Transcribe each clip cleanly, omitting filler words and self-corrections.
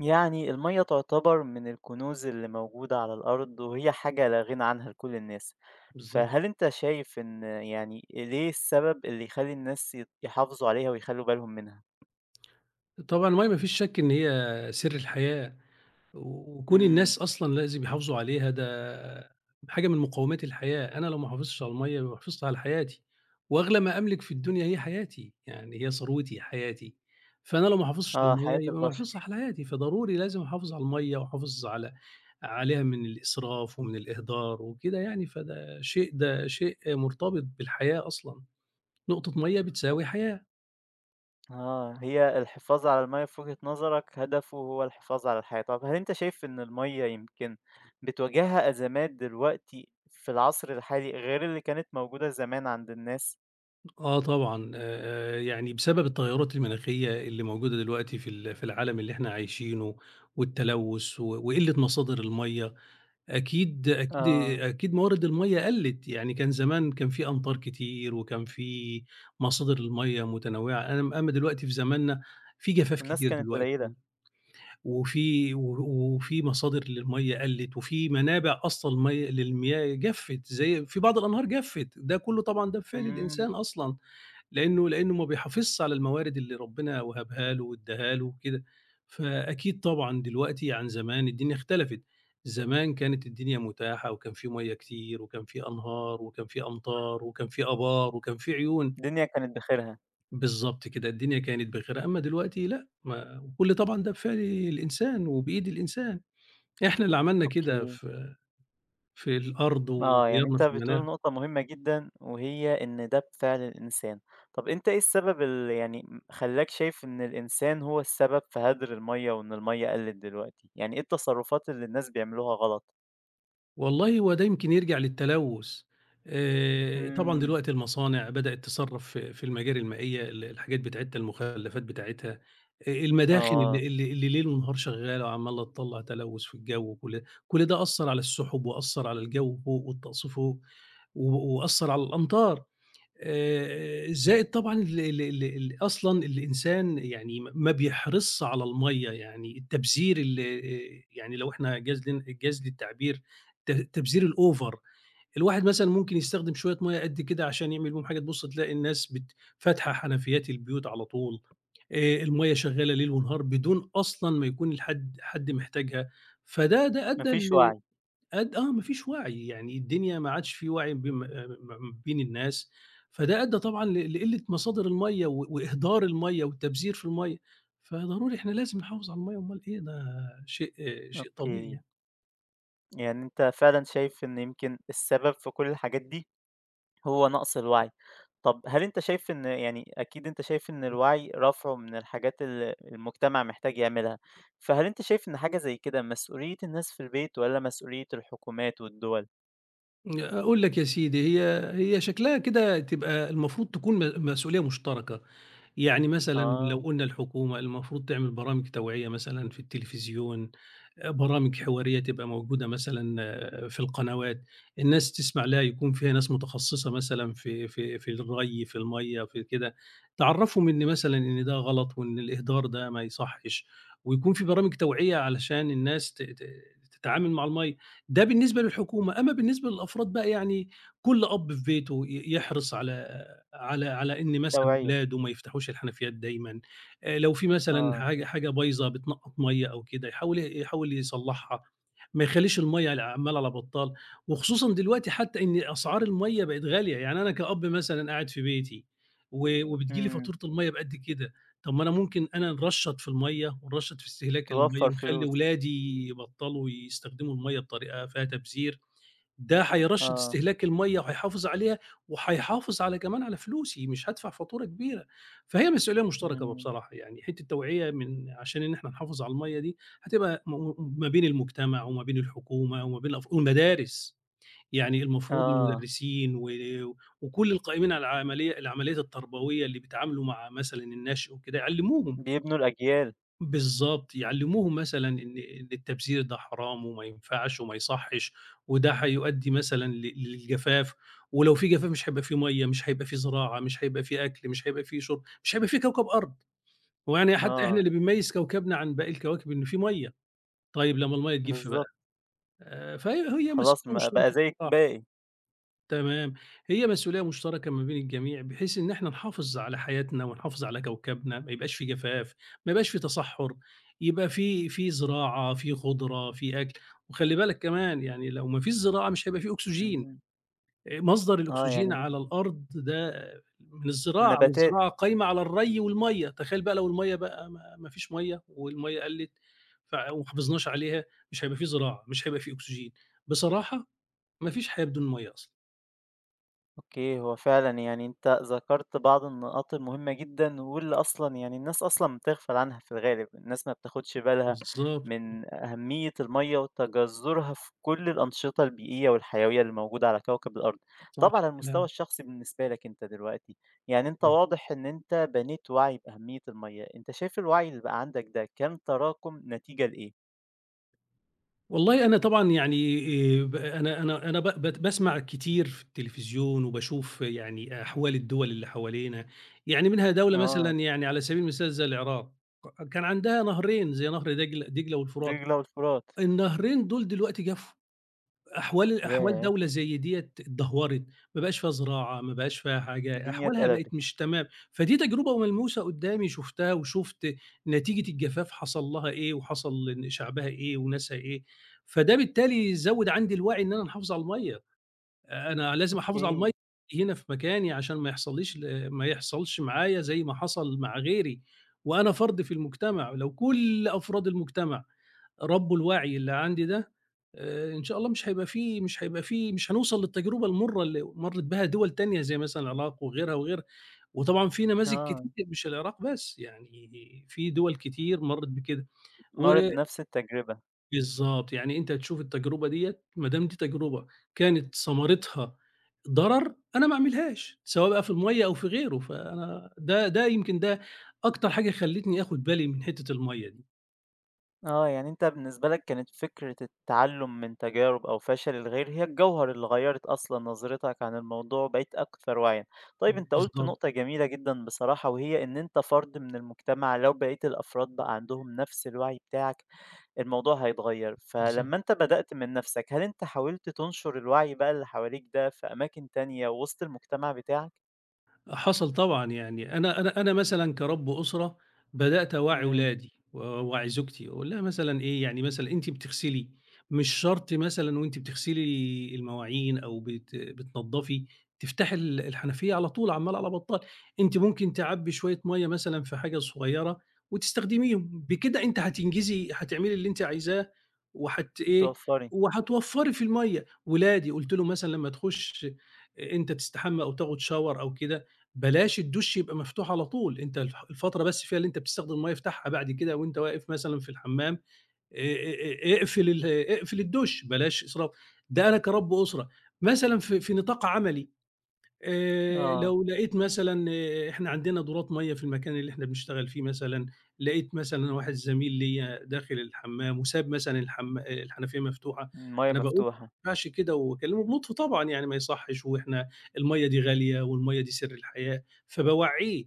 يعني المية تعتبر من الكنوز اللي موجودة على الأرض وهي حاجة لا غنى عنها لكل الناس. بالضبط. فهل أنت شايف إن يعني ليه السبب اللي يخلي الناس يحافظوا عليها ويخلوا بالهم منها؟ طبعًا المَيّة ما فيش شَك إن هي سِر الحياة، و وكون امم الناس أصلًا لازم يحافظوا عليها ده حاجة من مقوّمات الحياة، أنا لو ما حافظتش على المَيّة يبقى ما حافظتش على حياتي، وأغلى ما أملك في الدنيا هي حياتي، يعني هي ثروتي، حياتي، فأنا لو ما حافظتش على اه، حياة المَيّة يبقى ما حافظتش البشر. على حياتي، فضروري لازم أحافظ على المَيّة وأحافظ على عليها من الإسراف ومن الإهدار وكده يعني، فده شيء ده شيء مرتبط بالحياة أصلًا، نقطة مَيّة أوك- بتساوي حياة. اه، هي الحفاظ على المية في وجهة نظرك هدفه هو الحفاظ على الحياة. طب هل أنت شايف إن المية يمكن بتواجهها أزمات دلوقتي في العصر الحالي غير اللي كانت موجودة زمان عند الناس؟ آه طبعًا، يعني بسبب التغيّرات المناخية اللي موجودة دلوقتي في العالم اللي إحنا عايشينه والتلوث و وقِلّة مصادر المَيّة، أكيد أكيد. اه، موارد المَيّة قَلِّت، يعني كان زمان كان في أمطار كتير وكان في مصادر المَيّة متنوّعة، أنا أمّا دلوقتي في زماننا في جفاف والناس كتير كانت دلوقتي وفي و وفي مصادر للمَيّة قَلِّت وفي منابع أصلًا مَيّة للمياه جَفِّت، زي في بعض الأنهار جَفِّت، ده كُلّه طبعًا ده بفعل قليلة. الإنسان أصلًا. لإنه ما بيحافظش على الموارد اللي ربنا وهبها له وادّاها له وكده. فأكيد طبعًا دلوقتي عن زمان الدنيا اختلفت، زمان كانت الدنيا متاحة وكان في مَيّة كتير وكان في أنهار وكان في أمطار وكان في آبار وكان في عيون. الدنيا كانت بخيرها، بالضبط كده، الدنيا كانت بخير، أمّا دلوقتي لأ، ما وكل طبعًا ده بفعل الإنسان وبإيد الإنسان، إحنا اللي عملنا كده أوكي، في الأرض آه، يعني وغيّرنا أنت في المناخ. بتقول نقطة مهمة جدًا وهي إن ده بفعل الإنسان. طب أنت إيه السبب اللي يعني خلّاك شايف إن الإنسان هو السبب في هدر المَيّة وإن المَيّة قَلِّت دلوقتي؟ يعني إيه التصرفات اللي الناس بيعملوها غلط؟ والله هو ده يمكن يرجع للتلوث. إمم. طبعًا إمم، دلوقتي المصانع بدأت تصرّف في المجاري المائية الحاجات بتاعتها، المخلفات بتاعتها، المداخن آه، اللي ليل ونهار شغالة وعمّالة تطلّع تلوث في الجو كل ده أثّر على السحب وأثّر على الجو فوق والطقس فوق و وأثّر على الأمطار. زائد طبعًا ال ال ال ال أصلًا الإنسان يعني ما بيحرصش على المَيّة، يعني التبذير ال يعني لو إحنا جاز لن جاز لي التعبير التبذير الOver. الواحد مثلًا ممكن يستخدم شوية مَيّة قد كده عشان يعمل بيهم حاجة، تبُص تلاقي الناس فاتحة حنفيات البيوت على طول، المَيّة شغّالة ليل ونهار بدون أصلًا ما يكون حد محتاجها، فده ما أدّى فيش ل وعي، أد آه، ما فيش وعي، يعني الدنيا ما عادش في وعي آه، بين الناس، فده أدّى طبعًا لقلة مصادر المَيّة و وإهدار المَيّة والتبذير في المَيّة، فضروري إحنا لازم نحافظ على المَيّة أومال إيه ده شيء شيء طبيعي أوكي، يعني. يعني أنت فعلًا شايف إن يمكن السبب في كل الحاجات دي هو نقص الوعي. طب هل أنت شايف إن يعني أكيد أنت شايف إن الوعي رفعه من الحاجات اللي المجتمع محتاج يعملها، فهل أنت شايف إن حاجة زي كده مسؤولية الناس في البيت والّا مسؤولية الحكومات والدول؟ أقول لك يا سيدي هي شكلها كده تبقى المفروض تكون مسؤولية مشتركة، يعني مثلًا لو آه، قُلنا الحكومة المفروض تعمل برامج توعية مثلًا في التلفزيون، برامج حوارية تبقى موجودة مثلًا آه، في القنوات، الناس تسمع لها يكون فيها ناس متخصصة مثلًا في الري، في المَيّة، في كده، تعرّفهم إن مثلًا إن ده غلط وإن الإهدار ده ما يصحّش، ويكون في برامج توعية علشان الناس ت ت تتعامل مع المَيّة، ده بالنسبة للحكومة، أمّا بالنسبة للأفراد بقى يعني كل أب في بيته يحرص على إن مثلًا توعية، ولاده ما يفتحوش الحنفيات دايمًا، لو في مثلًا آه، حاجة بايظة بتنقّط مَيّة أو كده يحاول يصلّحها، ما يخلّيش المَيّة عمّالة على بطّال، وخصوصًا دلوقتي حتى إن أسعار المَيّة بقت غالية، يعني أنا كأب مثلًا قاعد في بيتي و وبتيجي لي إمم، فاتورة المَيّة بقد كده، طَب ما أنا ممكن أنا نرشّط في المَيّة ونرشّط في استهلاك المَيّة توفّر ونخلّي فلوس، ولادي يبطّلوا يستخدموا المَيّة بطريقة فيها تبذير. ده هيرشّد آه، استهلاك المَيّة وهيحافظ عليها، وهيحافظ على كمان على فلوسي، مش هادفع فاتورة كبيرة. فهي مسؤولية مشتركة إمم، بصراحة يعني، حتّة توعية من عشان إن إحنا نحافظ على المَيّة دي هتبقى م م ما بين المجتمع وما بين الحكومة وما بين الأف والمدارس، يعني المفروض آه، المدرسين وكل القائمين على العمليات التربوية اللي بيتعاملوا مع مثلًا النشء وكده يعلّموهم. بيبنوا الأجيال، بالضبط، يعلّموهم مثلًا إن التبذير ده حرام وما ينفعش وما يصحّش، وده هيؤدّي مثلًا للجفاف، ولو في جفاف مش هيبقى في مَيّة، مش هيبقى في زراعة، مش هيبقى في أكل، مش هيبقى في شرب، مش هيبقى في كوكب أرض، هو يعني حتى إحنا آه، اللي بيميّز كوكبنا عن باقي الكواكب إن في مَيّة، طيب لمّا المَيّة تجِف بقى؟ بالضبط، فهي خلاص مسأولة ما بقى مشتركة زي الباقي، تمام. هي مسؤولية مشتركة ما بين الجميع، بحيث إن إحنا نحافظ على حياتنا ونحافظ على كوكبنا، ما يبقاش في جفاف، ما يبقاش في تصحُّر، يبقى في زراعة، في خُضرة، في أكل. وخلّي بالك كمان يعني لو ما فيش زراعة مش هيبقى في أكسجين، إمم، مصدر آه الأكسجين يعني على الأرض ده من الزراعة، نباتات. والزراعة قايمة على الري والمَيّة، تخيّل بقى لو المَيّة بقى ما فيش مَيّة والمَيّة قَلِّت وما حافظناش عليها، مش هيبقى في زراعة، مش هيبقى في أكسجين. بصراحة ما فيش حياة بدون مَيّة أصلًا. اوكي، هو فعلا يعني انت ذكرت بعض النقاط المهمة جدا واللي اصلا يعني الناس اصلا بتغفل عنها. في الغالب الناس ما بتاخدش بالها بالضبط، من اهمية المية وتجذرها في كل الانشطة البيئية والحيوية اللي موجودة على كوكب الارض. صح طب على المستوى كلامك. الشخصي بالنسبة لك انت دلوقتي، يعني انت إمم. واضح ان انت بنيت وعي بأهمية المية، انت شايف الوعي اللي بقى عندك ده كان تراكم نتيجة لايه؟ والله أنا طبعًا يعني ب أنا ب بت باسمع كتير في التلفزيون وباشوف يعني أحوال الدول اللي حوالينا، يعني منها دولة مثلًا اه، يعني على سبيل المثال زي العراق، كان عندها نهرين زي نهر دجلة والفرات، دجلة والفرات، النهرين دول دلوقتي جفوا. أحوال ياه، دولة زي ديّة اتدهورت، ما بقاش فيها زراعة، ما بقاش فيها حاجة، الدنيا أحوالها اتقلبت، بقت مش تمام، فدي تجربة ملموسة قدّامي شُفتها وشُفت نتيجة الجفاف حصل لها إيه وحصل إن شعبها إيه وناسها إيه، فده بالتالي زوّد عندي الوعي إن أنا نحافظ على المَيّة، أنا لازم أحافظ على اوكي، المَيّة هنا في مكاني عشان ما يحصليش ما يحصلش معايا زي ما حصل مع غيري، وأنا فرد في المجتمع، لو كل أفراد المجتمع ربّه الوعي اللي عندي ده، إن شاء الله مش هيبقى في مش هيبقى في مش هنوصل للتجربة المُرّة اللي مرّت بها دول تانية زي مثلًا العراق وغيرها وغيرها، وطبعًا في نماذج اه، كتير مش العراق بس، يعني في دول كتير مرّت بكده، و مرّت بنفس التجربة. بالضبط، يعني أنت هتشوف التجربة ديّة ما دام دي تجربة كانت ثمرتها ضرر، أنا ما أعملهاش، سواء بقى في المَيّة أو في غيره، فأنا ده ده يمكن ده أكتر حاجة خلّتني آخُد بالي من حتّة المَيّة دي، آه، يعني أنت بالنسبة لك كانت فكرة التعلُّم من تجارب أو فشل الغير هي الجوهر اللي غيّرت أصلًا نظرتك عن الموضوع وبقيت أكثر وعيًا. طيب أنت قُلت بالضبط، نقطة جميلة جدًا بصراحة وهي إن أنت فرد من المجتمع، لو بقية الأفراد بقى عندهم نفس الوعي بتاعك الموضوع هيتغيّر. بالضبط. فلمّا أنت بدأت من نفسك، هل أنت حاولت تنشر الوعي بقى اللي حواليك ده في أماكن تانية وسط المجتمع بتاعك؟ حصل طبعًا، يعني أنا مثلًا كرَب أسرة بدأت أوعّي إمم، ولادي وأوعّي زوجتي وأقول لها مثلًا إيه، يعني مثلًا أنتِ بتغسلي مش شرط مثلًا وأنتِ بتغسلي المواعين أو بتنضّفي تفتحي الحنفية على طول عمّال على بطّال، أنتِ ممكن تعبّي شوية مَيّة مثلًا في حاجة صغيّرة وتستخدميهم، بكده أنتِ هتنجزي هتعملي اللي أنتِ عايزاه وهت إيه، توفّري. وهتوفّري في المَيّة. ولادي قُلت له مثلًا لمّا تخُش أنت تستحمى أو تاخُد shower أو كده بلاش الدُش يبقى مفتوح على طول، أنت الفترة بس فيها اللي أنت بتستخدم المَيّة افتحها بعد كده وأنت واقف مثلًا في الحمام، آآ آآ آآ اقفل ال اقفل الدُش بلاش إسراف. ده أنا كرَب أسرة، مثلًا في نطاق عملي، آه، لو لقيت مثلًا إحنا عندنا دورات مَيّة في المكان اللي إحنا بنشتغل فيه مثلًا، لقيت مثلًا واحد زميل ليّا داخل الحمّام وساب مثلًا الحم الحنفية مفتوحة، المَيّة أنا باقول مفتوحة، ما ينفعش كده وأكلمه بلطف طبعًا يعني ما يصحّش وإحنا المَيّة دي غالية والمَيّة دي سِر الحياة، فباوعّيه.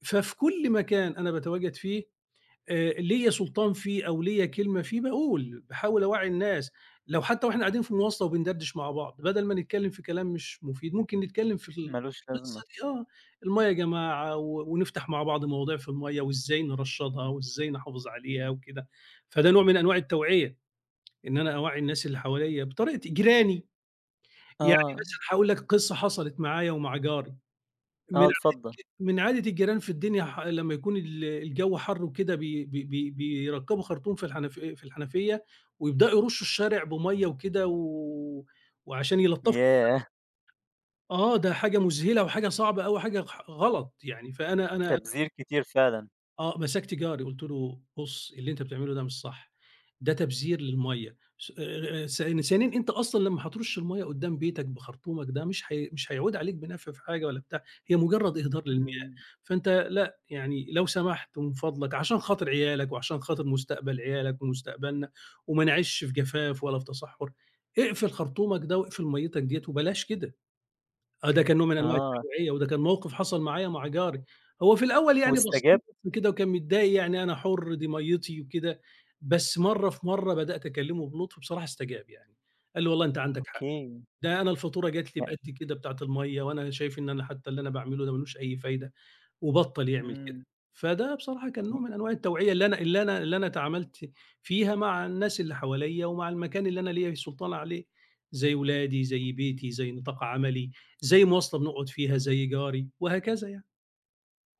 ففي كل مكان أنا باتواجد فيه ليّا سُلطان فيه أو ليّا كلمة فيه باقول، باحاول أوعّي الناس، لو حتى وإحنا قاعدين في المواصلة وبندردش مع بعض، بدل ما نتكلم في كلام مش مفيد، ممكن نتكلم في ما لوش لازمة. القصة دي آه، المَيّة يا جماعة ونفتح مع بعض مواضيع في المَيّة وإزاي نرشّدها وإزاي نحافظ عليها وكده، فده نوع من أنواع التوعية، إن أنا أوعّي الناس اللي حواليّا بطريقتي جيراني، يعني آه. مثلًا هاقول لك قصة حصلت معايا ومع جاري. آه، من اتفضل. من عادة الجيران في الدنيا لمّا يكون الجو حَر وكده بي بي بي بيركّبوا خرطوم في الحنفية ويبدأوا يرُشّوا الشارع بمَيّة وكده وعشان يلطّفوا. ياه! آه، ده حاجة مُذهلة وحاجة صعبة أوي، حاجة غلط يعني، فأنا تبذير كتير فعلًا. آه، مسكت جاري قُلت له: "بُص، اللي أنت بتعمله ده مش صح، ده تبذير للمَيّة، س ث ثانيًا أنت أصلًا لمّا هترُش المَيّة قدّام بيتك بخرطومك ده مش هيعود عليك بنفع في حاجة ولا بتاع، هي مجرّد إهدار للمياه، إمم. فأنت لأ، يعني لو سمحت ومن فضلك عشان خاطر عيالك وعشان خاطر مستقبل عيالك ومستقبلنا وما نعيشش في جفاف ولا في تصحُّر، اقفل خرطومك ده واقفل مَيّتك ديّة وبلاش كده." آه، ده كان نوع من أنواع آه، التبعية، وده كان موقف حصل معايا مع جاري. هو في الأول يعني بص واستجاب؟ لي كده وكان متضايق يعني أنا حُر دي مَيّتي وكده، بس مرّة في مرّة بدأت أكلمه بلطف بصراحة استجاب يعني، قال لي: "والله أنت عندك حق، أوكي. ده أنا الفاتورة جات لي يع بقد كده بتاعة المَيّة، وأنا شايف إن أنا حتى اللي أنا باعمله ده ما لوش أي فايدة." وبطّل يعمل كده. إمم. فده بصراحة كان ي نوع من أنواع التوعية اللي أنا تعاملت فيها مع الناس اللي حواليّا ومع المكان اللي أنا ليّا السلطان عليه، زي ولادي، زي بيتي، زي نطاق عملي، زي مواصلة بنقعد فيها، زي جاري، وهكذا يعني.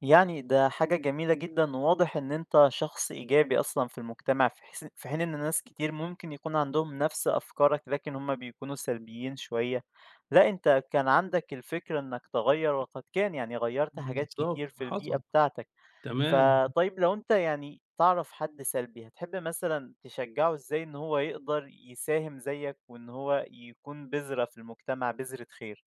يعني ده حاجة جميلة جدًا، وواضح إن أنت شخص إيجابي أصلًا في المجتمع، في حين إن ناس كتير ممكن يكون عندهم نفس أفكارك، لكن هم بيكونوا سلبيين شوية. لأ، أنت كان عندك الفكرة إنك تغيّر، وقد كان، يعني غيّرت حاجات بالضبط، كتير في البيئة حصل، بتاعتك. تمام. فطيب لو أنت يعني تعرف حد سلبي، هتحب مثلًا تشجّعه إزاي إن هو يقدر يساهم زيّك وإن هو يكون بذرة في المجتمع، بذرة خير؟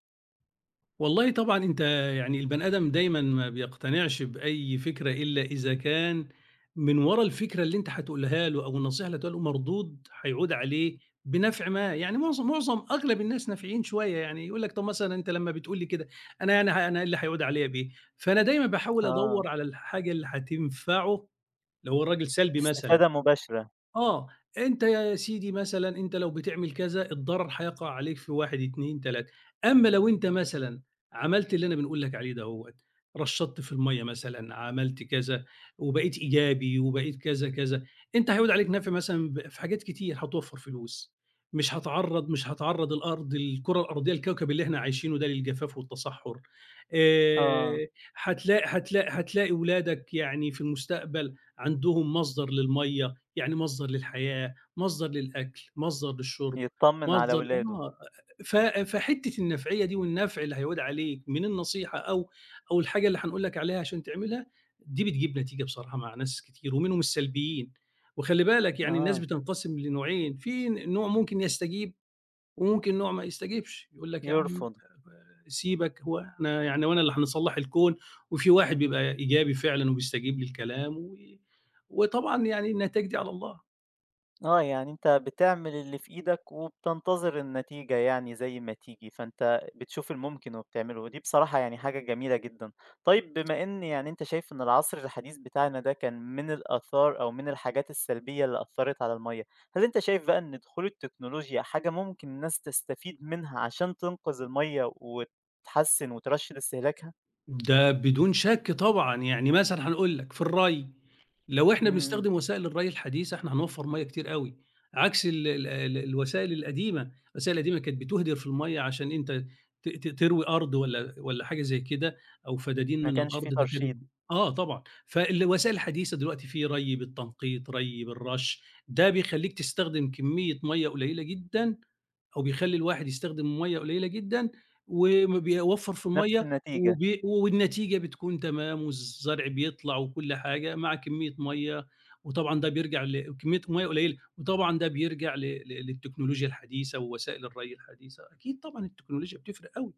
والله طبعًا أنت يعني البني آدم دايمًا ما بيقتنعش بأي فكرة إلا إذا كان من ورا الفكرة اللي أنت هتقولها له أو النصيحة اللي هتقولها له مردود هيعود عليه بنفع ما، يعني معظم معظم أغلب الناس نافعين شوية، يعني يقول لك طب مثلًا أنت لمّا بتقول لي كده أنا يعني أنا إيه اللي هيعود عليَّ بيه؟ فأنا دايمًا باحاول آه. أدوّر على الحاجة اللي هتنفعه لو هو الراجل سلبي مثلًا. استفادة مباشرة، آه، أنت يا سيدي مثلًا أنت لو بتعمل كذا، الضرر هيقع عليك في 1، 2، 3، أمّا لو أنت مثلًا عملت اللي أنا بنقول لك عليه دَوّة، رشّطت في المَيّة مثلًا، عملت كذا، وبقيت إيجابي وبقيت كذا، كذا، أنت هيعود عليك نَفْع مثلًا في حاجات كتير، هتوفّر فلوس، مش هتعرّض الأرض الكرة الأرضية، الكوكب اللي إحنا عايشينه ده للجفاف والتصحُّر، آه. آآ هتلاقي ولادك يعني في المستقبل عندهم مصدر للمَيّة يعني مصدر للحياة، مصدر للأكل، مصدر للشرب، يتطمن على مصدر ولاده، آه، فحتّة النفعية دي والنفع اللي هيعود عليك من النصيحة أو الحاجة اللي هنقول لك عليها عشان تعملها، دي بتجيب نتيجة بصراحة مع ناس كتير ومنهم السلبيين، وخلّي بالك يعني الناس آه. بتنقسم لنوعين، في نوع ممكن يستجيب وممكن نوع ما يستجيبش، يقول لك يا عم يرفض. سيبك هو إحنا يعني هو أنا اللي هنصلّح الكون، وفي واحد بيبقى إيجابي فعلًا وبيستجيب للكلام وطبعًا يعني النتايج دي على الله. آه، يعني أنت بتعمل اللي في إيدك وبتنتظر النتيجة يعني زي ما تيجي، فأنت بتشوف الممكن وبتعمله، ودي بصراحة يعني حاجة جميلة جدًا. طيب بما إن يعني أنت شايف إن العصر الحديث بتاعنا ده كان من الآثار أو من الحاجات السلبية اللي أثّرت على المَيّة، هل أنت شايف بقى إن دخول التكنولوجيا حاجة ممكن الناس تستفيد منها عشان تنقذ المَيّة وتحسّن وترشّد استهلاكها؟ ده بدون شك طبعًا، يعني مثلًا هنقول لك في الري، لو إحنا إمم، بنستخدم وسائل الري الحديثة إحنا هنوفّر مَيّة كتير أوي، عكس ال ال ال الوسائل القديمة، الوسائل القديمة كانت بتُهدِر في المَيّة عشان أنت ت ت تروي أرض والّا حاجة زي كده أو فدادين ما من كانش في الأرض ده كانت ترشيد، آه طبعًا، فالوسائل الحديثة دلوقتي في ري بالتنقيط، ري بالرش، ده بيخلّيك تستخدم كمية مَيّة قليلة جدًا أو بيخلّي الواحد يستخدم مَيّة قليلة جدًا بيوفّر في نفس المَيّة النتيجة. والنتيجة بتكون تمام والزرع بيطلع وكل حاجة مع كمية مَيّة، وطبعًا ده بيرجع كمية مَيّة قليلة، وطبعًا ده بيرجع ل ل للتكنولوجيا الحديثة ووسائل الري الحديثة، أكيد طبعًا التكنولوجيا بتفرق أوي،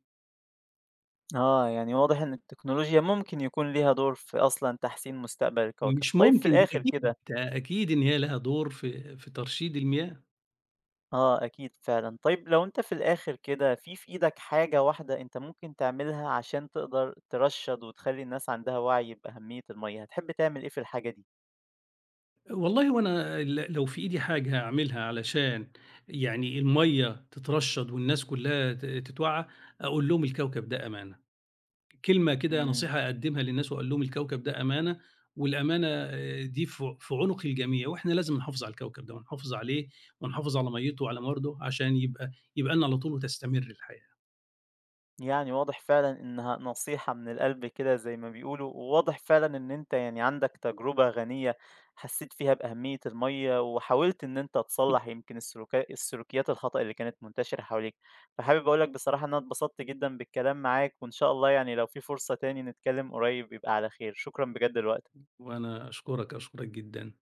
آه، يعني واضح إن التكنولوجيا ممكن يكون ليها دور في أصلًا تحسين مستقبل الكوكب. مش طيب في ممكن الآخر أكيد، كده أكيد إن هي لها دور في ترشيد المياه. آه، أكيد فعلًا. طيب لو أنت في الآخر كده في إيدك حاجة واحدة أنت ممكن تعملها عشان تقدر ترشّد وتخلّي الناس عندها وعي بأهمية المَيّة، هتحب تعمل إيه في الحاجة دي؟ والله هو أنا لو في إيدي حاجة هاعملها علشان يعني المَيّة تترشّد والناس كلّها تتوعّى، أقول لهم الكوكب ده أمانة، كلمة كده إمم. نصيحة أقدّمها للناس وأقول لهم الكوكب ده أمانة، والأمانة دي في عنق الجميع، وإحنا لازم نحافظ على الكوكب ده ونحافظ عليه ونحافظ على مَيّته وعلى مرضه عشان يبقى لنا على طول وتستمر الحياة. يعني واضح فعلًا إنها نصيحة من القلب كده زي ما بيقولوا، وواضح فعلًا إن أنت يعني عندك تجربة غنية حسيت فيها بأهمية المَيّة، وحاولت إن أنت تصلّح يمكن السلوكيات الخطأ اللي كانت منتشرة حواليك. فحابب أقول لك بصراحة إن أنا اتبسطت جدًا بالكلام معاك، وإن شاء الله يعني لو في فرصة تاني نتكلم قريب يبقى على خير. شكرًا بجد لوقتك. وأنا أشكرك، أشكرك جدًا.